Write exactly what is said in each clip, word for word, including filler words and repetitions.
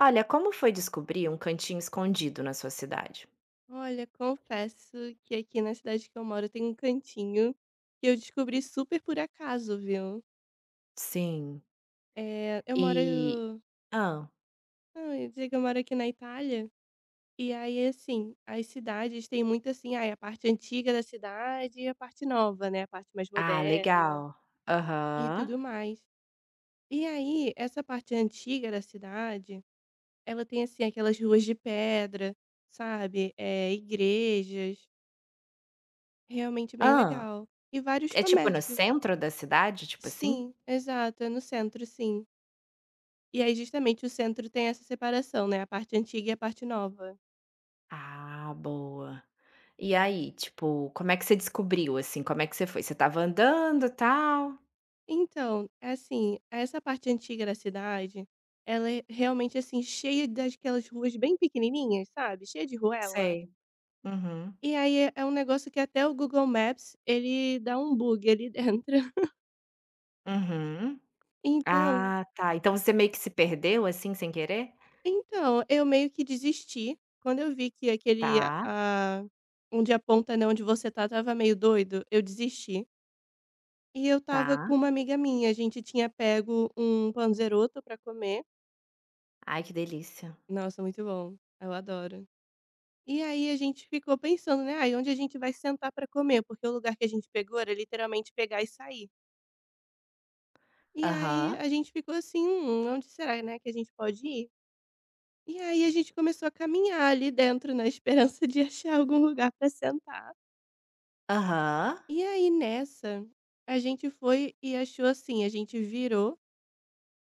Olha, como foi descobrir um cantinho escondido na sua cidade? Olha, confesso que aqui na cidade que eu moro tem um cantinho que eu descobri super por acaso, viu? Sim. É, eu E moro. ah, Não, eu dizer que eu moro aqui na Itália. E aí, assim, as cidades têm muito assim, ai, a parte antiga da cidade e a parte nova, né? A parte mais Ah, moderna legal. e Aham. tudo mais. E aí, essa parte antiga da cidade, ela tem assim aquelas ruas de pedra, sabe? É igrejas, realmente bem ah, legal. E vários É tipo no comércios. centro da cidade, tipo assim? Sim, exato, é no centro, sim. E aí justamente o centro tem essa separação, né, a parte antiga e a parte nova. Ah, boa. E aí, tipo, como é que você descobriu, assim, como é que você foi? Você estava andando, tal? Então, é assim, essa parte antiga da cidade, ela é realmente, assim, cheia daquelas ruas bem pequenininhas, sabe, cheia de ruela. Sei. Uhum. E aí é é um negócio que até o Google Maps, ele dá um bug ali dentro. Uhum. Então Ah, tá. Então você meio que se perdeu, assim, sem querer? então, eu meio que desisti, quando eu vi que aquele Tá, a onde aponta, né, onde você tá, estava meio doido, eu desisti. E eu estava com tá. uma amiga minha, a gente tinha pego um panzeroto pra comer. Ai, que delícia. Nossa, muito bom, eu adoro. E aí a gente ficou pensando, né: "Ai, onde a gente vai sentar pra comer?", porque o lugar que a gente pegou era literalmente pegar e sair. E aí Aham. a gente ficou assim: "Hum, onde será, né, que a gente pode ir?". E aí a gente começou a caminhar ali dentro na esperança de achar algum lugar pra sentar. Aham. E aí nessa, a gente foi e achou assim, a gente virou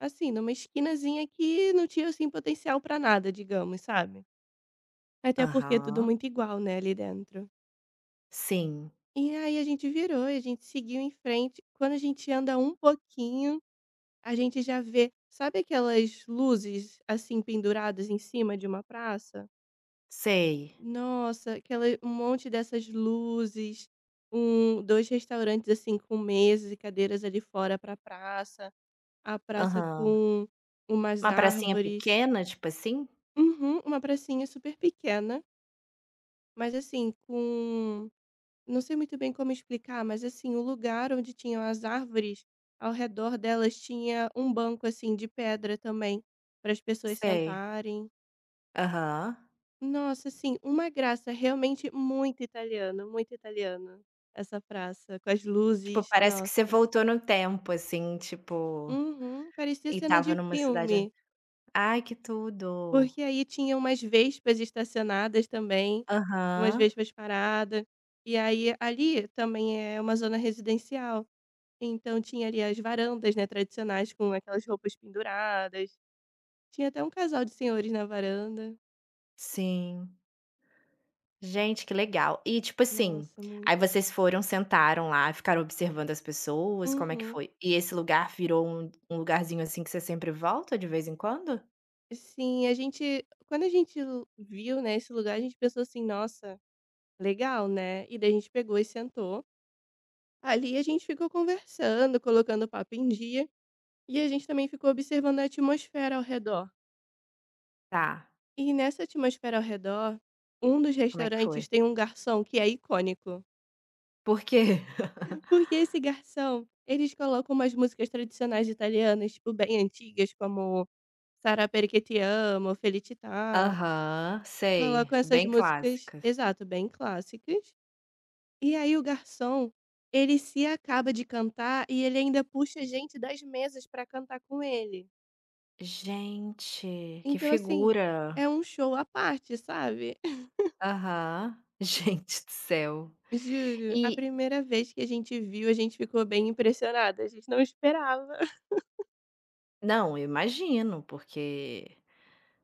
assim, numa esquinazinha que não tinha, assim, potencial pra nada, digamos, sabe. Até porque é tudo Aham. muito igual, né, ali dentro. Sim, E aí a gente virou e a gente seguiu em frente. Quando a gente anda um pouquinho, a gente já vê sabe aquelas luzes, assim, penduradas em cima de uma praça? sei. Nossa, aquela um monte dessas luzes, um dois restaurantes, assim, com mesas e cadeiras ali fora pra praça, a praça Aham. com umas Uma pracinha árvores. pequena, tipo assim? Uhum, uma pracinha super pequena, mas assim, com não sei muito bem como explicar, mas assim, o lugar onde tinham as árvores, ao redor delas tinha um banco assim de pedra também, para as pessoas Sei, sentarem. aham. Nossa, assim, uma graça, realmente muito italiano, muito italiano. Essa praça, com as Tipo, luzes, parece que você nossa. voltou no tempo, assim, tipo, Uhum, parecia e cena estava de numa cidade an filme. Ai, que tudo. Porque aí tinha umas vespas estacionadas também, umas Aham, vespas parada, e aí ali também é uma zona residencial, então tinha ali as varandas, né, tradicionais com aquelas roupas penduradas, tinha até um casal de senhores na varanda. sim. Gente, que legal. E, tipo assim, Nossa, muito. aí vocês foram, sentaram lá, ficaram observando as pessoas, como é que Uhum. foi? E esse lugar virou um um lugarzinho, assim, que você sempre volta de vez em quando? Sim, a gente quando a gente l viu, né, esse lugar, a gente pensou assim: "Nossa, legal, né". E daí a gente pegou e sentou, ali a gente ficou conversando, colocando o papo em dia. E a gente também ficou observando a atmosfera ao redor. Tá, E nessa atmosfera ao redor, um dos como é que foi? restaurantes tem um garçom que é icônico. Por quê? Porque esse garçom, eles colocam umas músicas tradicionais italianas, tipo, bem antigas, como Sarà perché ti amo, Felicità. Aham, sei, Colocam essas bem músicas, clássicas. exato, bem clássicas. E aí o garçom, ele se acaba de cantar e ele ainda puxa gente das mesas pra cantar com ele. Gente, que Então, assim, figura. é um show à parte, sabe? Aham. Gente do céu. Juro, a E primeira vez que a gente viu, a gente ficou bem impressionada, a gente não esperava. não, eu imagino, porque,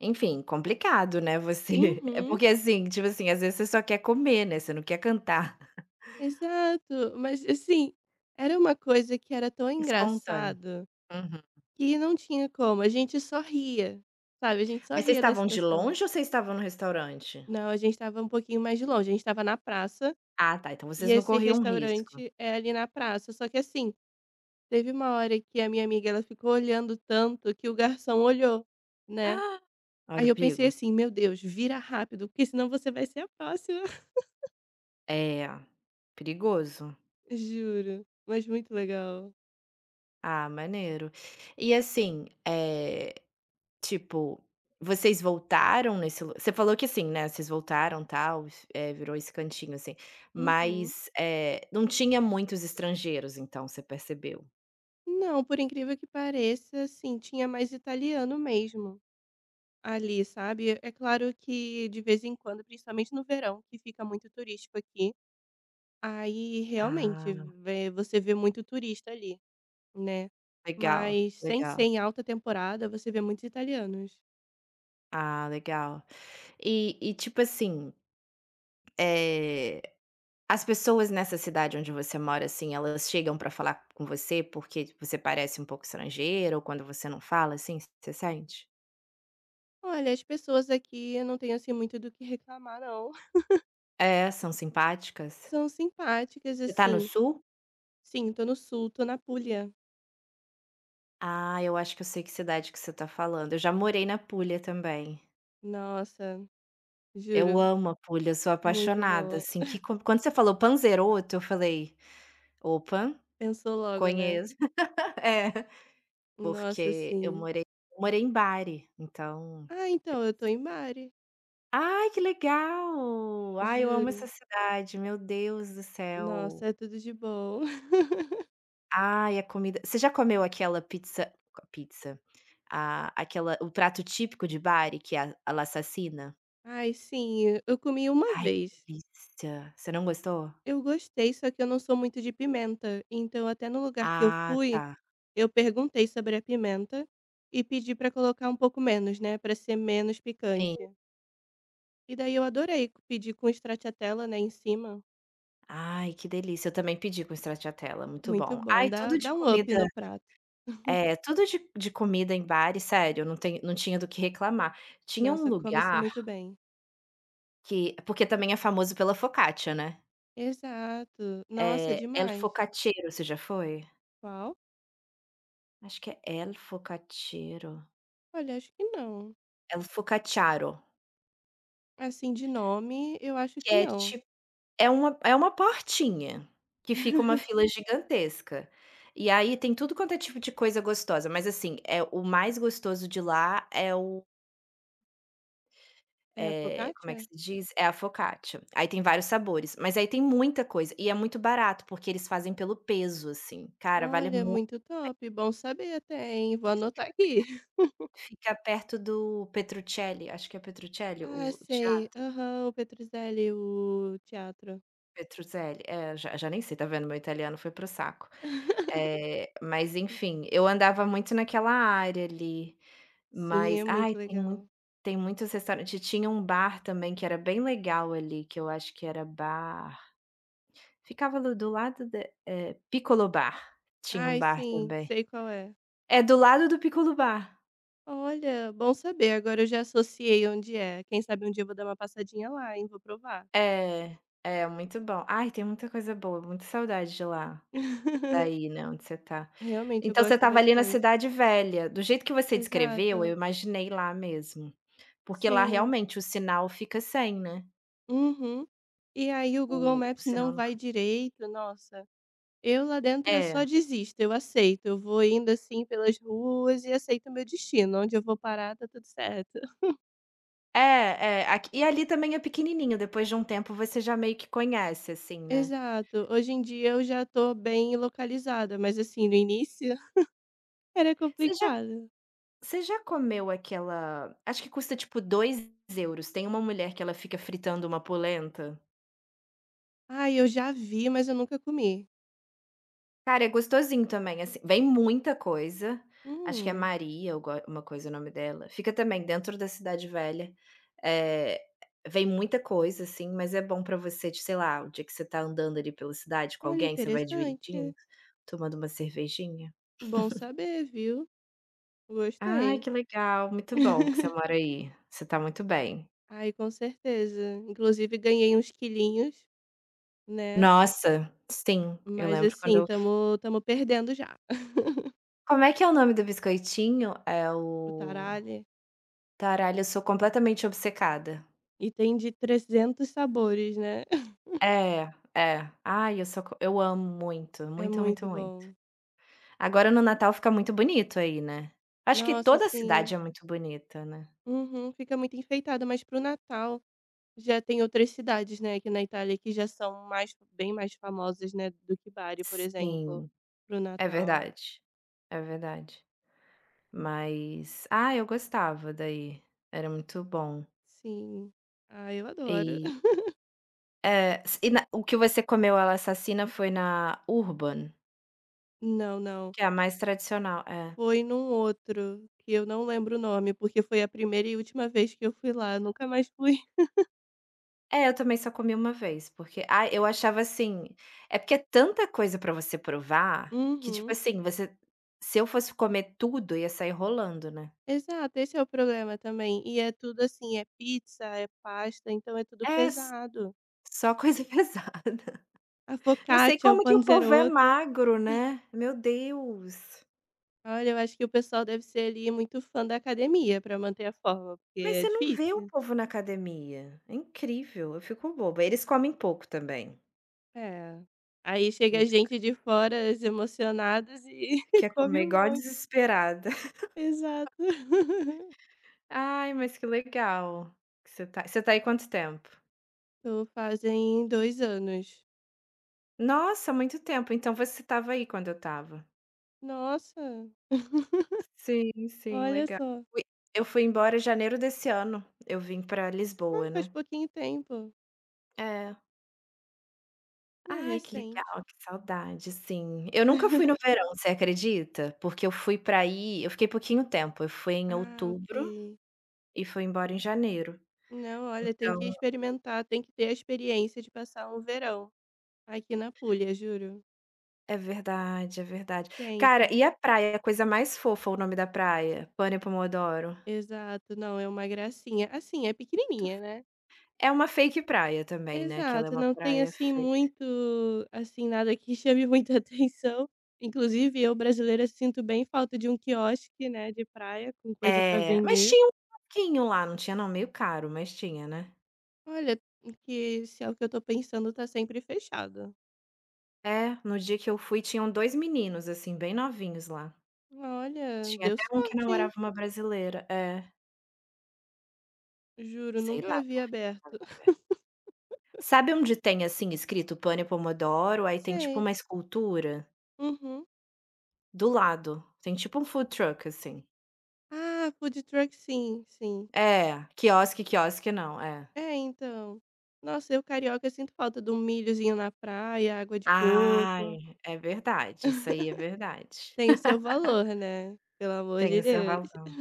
enfim, complicado, né, você é Uhum, porque, assim, tipo assim, às vezes você só quer comer, né, você não quer cantar. exato. Mas, assim, era uma coisa que era tão Espontâneo. engraçado Uhum. que não tinha como, a gente só ria, sabe, a gente só Mas vocês ria da estavam de situação. longe ou vocês estavam no restaurante? Não, a gente estava um pouquinho mais de longe, a gente estava na praça Ah, tá, então e vocês não esse corriam risco. restaurante é ali na praça, só que, assim, teve uma hora que a minha amiga, ela ficou olhando tanto que o garçom olhou, né. Olha Aí o eu pensei perigo. assim: "Meu Deus, vira rápido, porque senão você vai ser a próxima". É, perigoso. Juro, mas muito legal. Ah, maneiro. E assim, é Tipo, vocês voltaram nesse lu você falou que assim, né, vocês voltaram tal, eh, virou esse cantinho assim, Uhum. mas, eh, não tinha muitos estrangeiros então, você percebeu? Não, por incrível que pareça, assim, tinha mais italiano mesmo ali, sabe. É claro que de vez em quando, principalmente no verão, que fica muito turístico aqui, aí realmente Ah, vê você vê muito turista ali, né. legal, Mas sem ser legal. em alta temporada, você vê muitos italianos. Ah, legal. E e tipo assim, eh, as pessoas nessa cidade onde você mora, assim, elas chegam pra falar com você porque você parece um pouco estrangeiro ou quando você não fala, assim, você sente? Olha, as pessoas aqui eu não tenho, assim, muito do que reclamar não. É, são simpáticas? São simpáticas, Você tá no assim. sul? Sim, tô no sul, tô na Puglia. Ah, eu acho que eu sei que cidade que você tá falando. Eu já morei na Puglia também. Nossa, Eu juro, amo Apulia, eu sou muito apaixonada, bom. assim, que co quando você falou Panzerotto, eu falei: "Opa, Pensou logo, né? conheço". É, Nossa, porque eu sim. morei morei em Bari, então Ah, então, eu tô em Bari, Ai, que legal! Ai, eu amo essa juro. cidade, meu Deus do céu. Nossa, é tudo de bom. Ai, a comida. Você já comeu aquela pizza pizza, a aquela o prato típico de Bari, que é a a la. Ai, sim, eu eu comi uma Ai, que vez. delícia. Você não gostou? Eu gostei, só que eu não sou muito de pimenta. Então, até no lugar que eu Ah, fui, tá. eu perguntei sobre a pimenta e pedi pra colocar um pouco menos, né? Pra ser menos Sim. picante. E daí eu adorei, pedir com stracciatella, né, em cima, Ai, que delícia. Eu também pedi com stracciatella, muito muito bom. bom, Ai, dá tudo de dá um up comida no prato. é, tudo de de comida em bar e sério, não tem não tinha do que reclamar. Tinha um Nossa, come-se lugar muito bem. que porque também é famoso pela focaccia, né. Exato. Nossa, É El demais. Focacciero, você já foi? Qual? Acho que é El Focacciero, Olha, acho que não. El Focacciaro, Assim, de nome, eu acho que que é não. É uma é uma portinha, que fica uma fila gigantesca. E aí tem tudo quanto é tipo de coisa gostosa, mas assim, é o mais gostoso de lá é o É a eh, como é focaccia? que se diz? É a focaccia. Aí tem vários sabores, mas aí tem muita coisa, e é muito barato, porque eles fazem pelo peso, assim. Cara, vale Olha, muito. muito top, bom saber até, hein, vou anotar aqui. Fica perto do Petruccelli, acho que é Petruccelli Ah, o sei, teatro? aham, o Petruzzelli, o teatro. Petruccelli é, já já nem sei, tá vendo, meu italiano foi para o saco. Eh, mas enfim, eu andava muito naquela área ali. Sim, Mas, é ai, muito tem mui legal. tem muitos restaurantes tinha um bar também que era bem legal ali, que eu acho que era bar ficava do do lado de eh, Piccolo Bar, tinha um Ai, bar sim, também. sei qual é. É do lado do Piccolo Bar. Olha, bom saber, agora eu já associei onde é. Quem sabe um dia eu vou dar uma passadinha lá, hein, vou provar. É, é muito bom. Ai, tem muita coisa boa, muita saudade de lá, daí, né, onde você tá. Realmente eu Então você gosto estava ali na bastante. Cidade Velha, do jeito que você descreveu, eu Exato. imaginei lá mesmo, porque lá Sim. realmente o sinal fica sem, né, Uhum. E aí o Google o o Maps não sinal não vai fu direito, nossa. Eu lá dentro eu só é. desisto, eu aceito, eu vou indo assim pelas ruas e aceito o meu destino, onde eu vou parar tá tudo certo. É, é, aqui e ali também é pequenininho, depois de um tempo você já meio que conhece, assim, né. Exato, hoje em dia eu já tô bem localizada, mas assim, no início era Você já complicado. você já comeu aquela acho que custa tipo dois euros. Tem uma mulher que ela fica fritando uma polenta. Ah, eu já vi, mas eu nunca comi. Cara, é gostosinho também, assim, vem muita coisa, acho que é Hum, Maria algo uma coisa o nome dela, fica também dentro da Cidade Velha, eh, vem muita coisa, assim, mas é bom pra você de sei lá, o dia que você tá andando ali pela cidade com olha, alguém, você vai dividindo, interessante. tomando uma cervejinha. Bom saber, viu? Ai, Gostei. que legal, muito bom que você mora aí, você tá muito bem. Ai, com certeza. Inclusive, ganhei uns quilinhos, né? Nossa, sim, eu Mas lembro quando assim, eu tamo, tamo perdendo já. como é que é o nome do biscoitinho? É O o taralho. taralha, eu sou completamente obcecada. E tem de trezentos sabores, né? É, é. Ai, eu sou co eu amo muito, É muito, muito, muito muito. bom. Agora no Natal fica muito bonito aí, né. Acho que Nossa, toda a assim. cidade é muito bonita, né. Uhum, fica muito enfeitado, mas pro Natal. Já tem outras cidades, né, aqui na Itália que já são mais bem mais famosas, né, do que Bari, por exemplo, Sim, para o é Natal. verdade, é verdade. Mas, ah, eu gostava daí, era muito bom. Sim. Ah, eu adoro. E É, s e na O que você comeu ela assassina foi na Urban, Não, não. que é a mais tradicional, é. Foi num outro, que eu não lembro o nome, porque foi a primeira e última vez que eu fui lá, nunca mais fui. É, eu também só comi uma vez, porque ah, eu achava assim é porque é tanta coisa pra você provar, que tipo Uhum. assim, você se eu fosse comer tudo, ia sair rolando, né. Exato, esse é o problema também. E é tudo assim, é pizza, é pasta, então é tudo É, s pesado. só coisa pesada. A Não sei focaccia, o como que o povo é panzerotto. magro, né. Meu Deus. Olha, eu acho que o pessoal deve ser ali muito fã da academia para manter a forma, porque Mas é você não vê o difícil. povo na academia, é incrível, eu fico boba. Eles comem pouco também. É. Aí chega Eles gente de fora, as emocionadas e Quer come comer um igual a monte. desesperada. Exato. Ai, mas que legal que você tá você tá aí quanto tempo? Tô fazem dois anos. Nossa, muito tempo, então você estava aí quando eu estava. Nossa, Sim, sim, olha legal. só. Fui eu fui embora em janeiro desse ano, eu vim pra Ah, Lisboa, faz né. pouquinho tempo. É. É Ai, que recente. legal, que saudade, sim. Eu nunca fui no verão, você acredita? Porque eu fui pra aí eu fiquei pouquinho tempo, eu fui em Ah, outubro ok. e fui embora em janeiro, Não, olha, tem então que experimentar, tem que ter a experiência de passar um verão aqui na Puglia, juro. É verdade, é verdade. Tem Cara, que. e a praia, é a coisa mais fofa o nome da praia, Pane Pomodoro. Exato, não, é uma gracinha. Assim, é Muito pequenininha, f né. É uma fake praia também, né, que ela é Exato, uma não tem, praia assim, feita. muito, assim, nada que chame muita atenção. Inclusive eu, brasileira, sinto bem falta de um quiosque, né, de praia com coisa pra É, mas vender. tinha um pouquinho lá, não tinha não, meio caro, mas tinha, né. Olha, que se é o que eu tô pensando, tá sempre fechado. É, no dia que eu fui tinham dois meninos, assim, bem novinhos lá. Olha, Tinha deu até um que sorte, hein. namorava uma brasileira. É, Juro, sei lá nunca vi porque estava aberto. aberto. Sabe onde tem, assim, escrito Pane Pomodoro, aí tem tipo Sei. uma escultura? Uhum. Do lado, tem tipo um food truck, assim. Ah, food truck sim, sim. É, quiosque, quiosque não, é. É, então. Nossa, eu carioca sinto falta de um milhozinho na praia, água de coco. Ai, é verdade, isso aí é verdade. Tem o seu valor, né? Pelo amor Tem de o seu Deus. razão,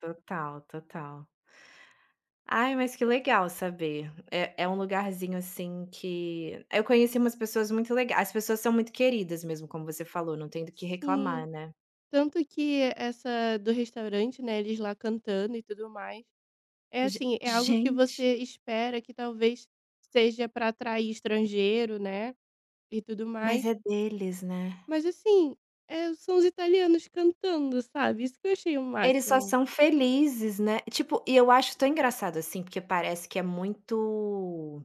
total, total. Ai, mas que legal saber. É é um lugarzinho, assim, que eu conheci umas pessoas muito legais, as pessoas são muito queridas mesmo, como você falou, não tem do que Sim. reclamar, né. Tanto que essa do restaurante, né? Eles lá cantando e tudo mais. É Ge assim, é algo que gente, você espera que talvez seja para atrair estrangeiro, né? E tudo mas mais. é deles, né. Mas assim, é, são os italianos cantando, sabe? Isso que eu achei o Eles só máximo. são felizes, né. Tipo, e eu acho tão engraçado, assim, porque parece que é muito.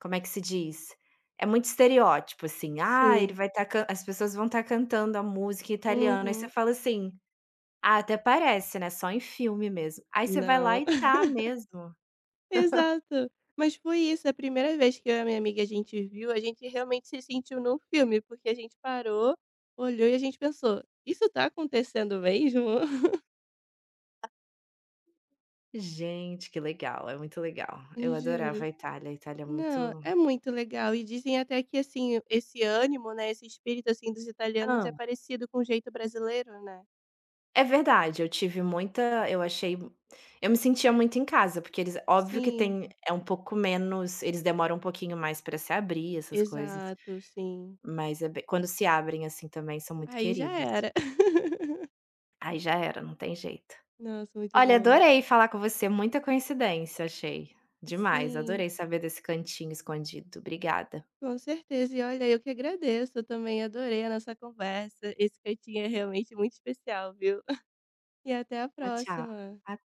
Como é que se diz? É muito estereótipo, assim: "Ah, ele Sim. vai estar as pessoas vão estar cantando a música italiana", aí você Uhum. fala assim: "Ah, até parece, né, só em filme mesmo". Aí você vai lá Não. e tá mesmo. Exato. Mas foi isso, a primeira vez que eu e a minha amiga a gente viu, a gente realmente se sentiu num filme, porque a gente parou, olhou e a gente pensou: "Isso tá acontecendo mesmo?" Gente, que legal, é muito legal. Eu adorava Juro. a Itália, a Itália é muito Não, é muito legal e dizem até que, assim, esse ânimo, né, esse espírito, assim, dos italianos hã. é parecido com o jeito brasileiro, né. É verdade, eu tive muita eu achei eu me sentia muito em casa, porque eles óbvio que Sim, tem é um pouco menos eles demoram um pouquinho mais para se abrir, essas coisas, exato, sim. mas é be quando se abrem, assim, também são muito Aí já queridos. era. Aí já era, não tem jeito. Nossa, muito Olha, bom. adorei falar com você, muita coincidência, achei. Demais, Sim. adorei saber desse cantinho escondido. Obrigada. Com certeza. E olha, eu que agradeço. Eu também adorei a nossa conversa. Esse cantinho é realmente muito especial, viu? E até a Tchau, próxima. tchau.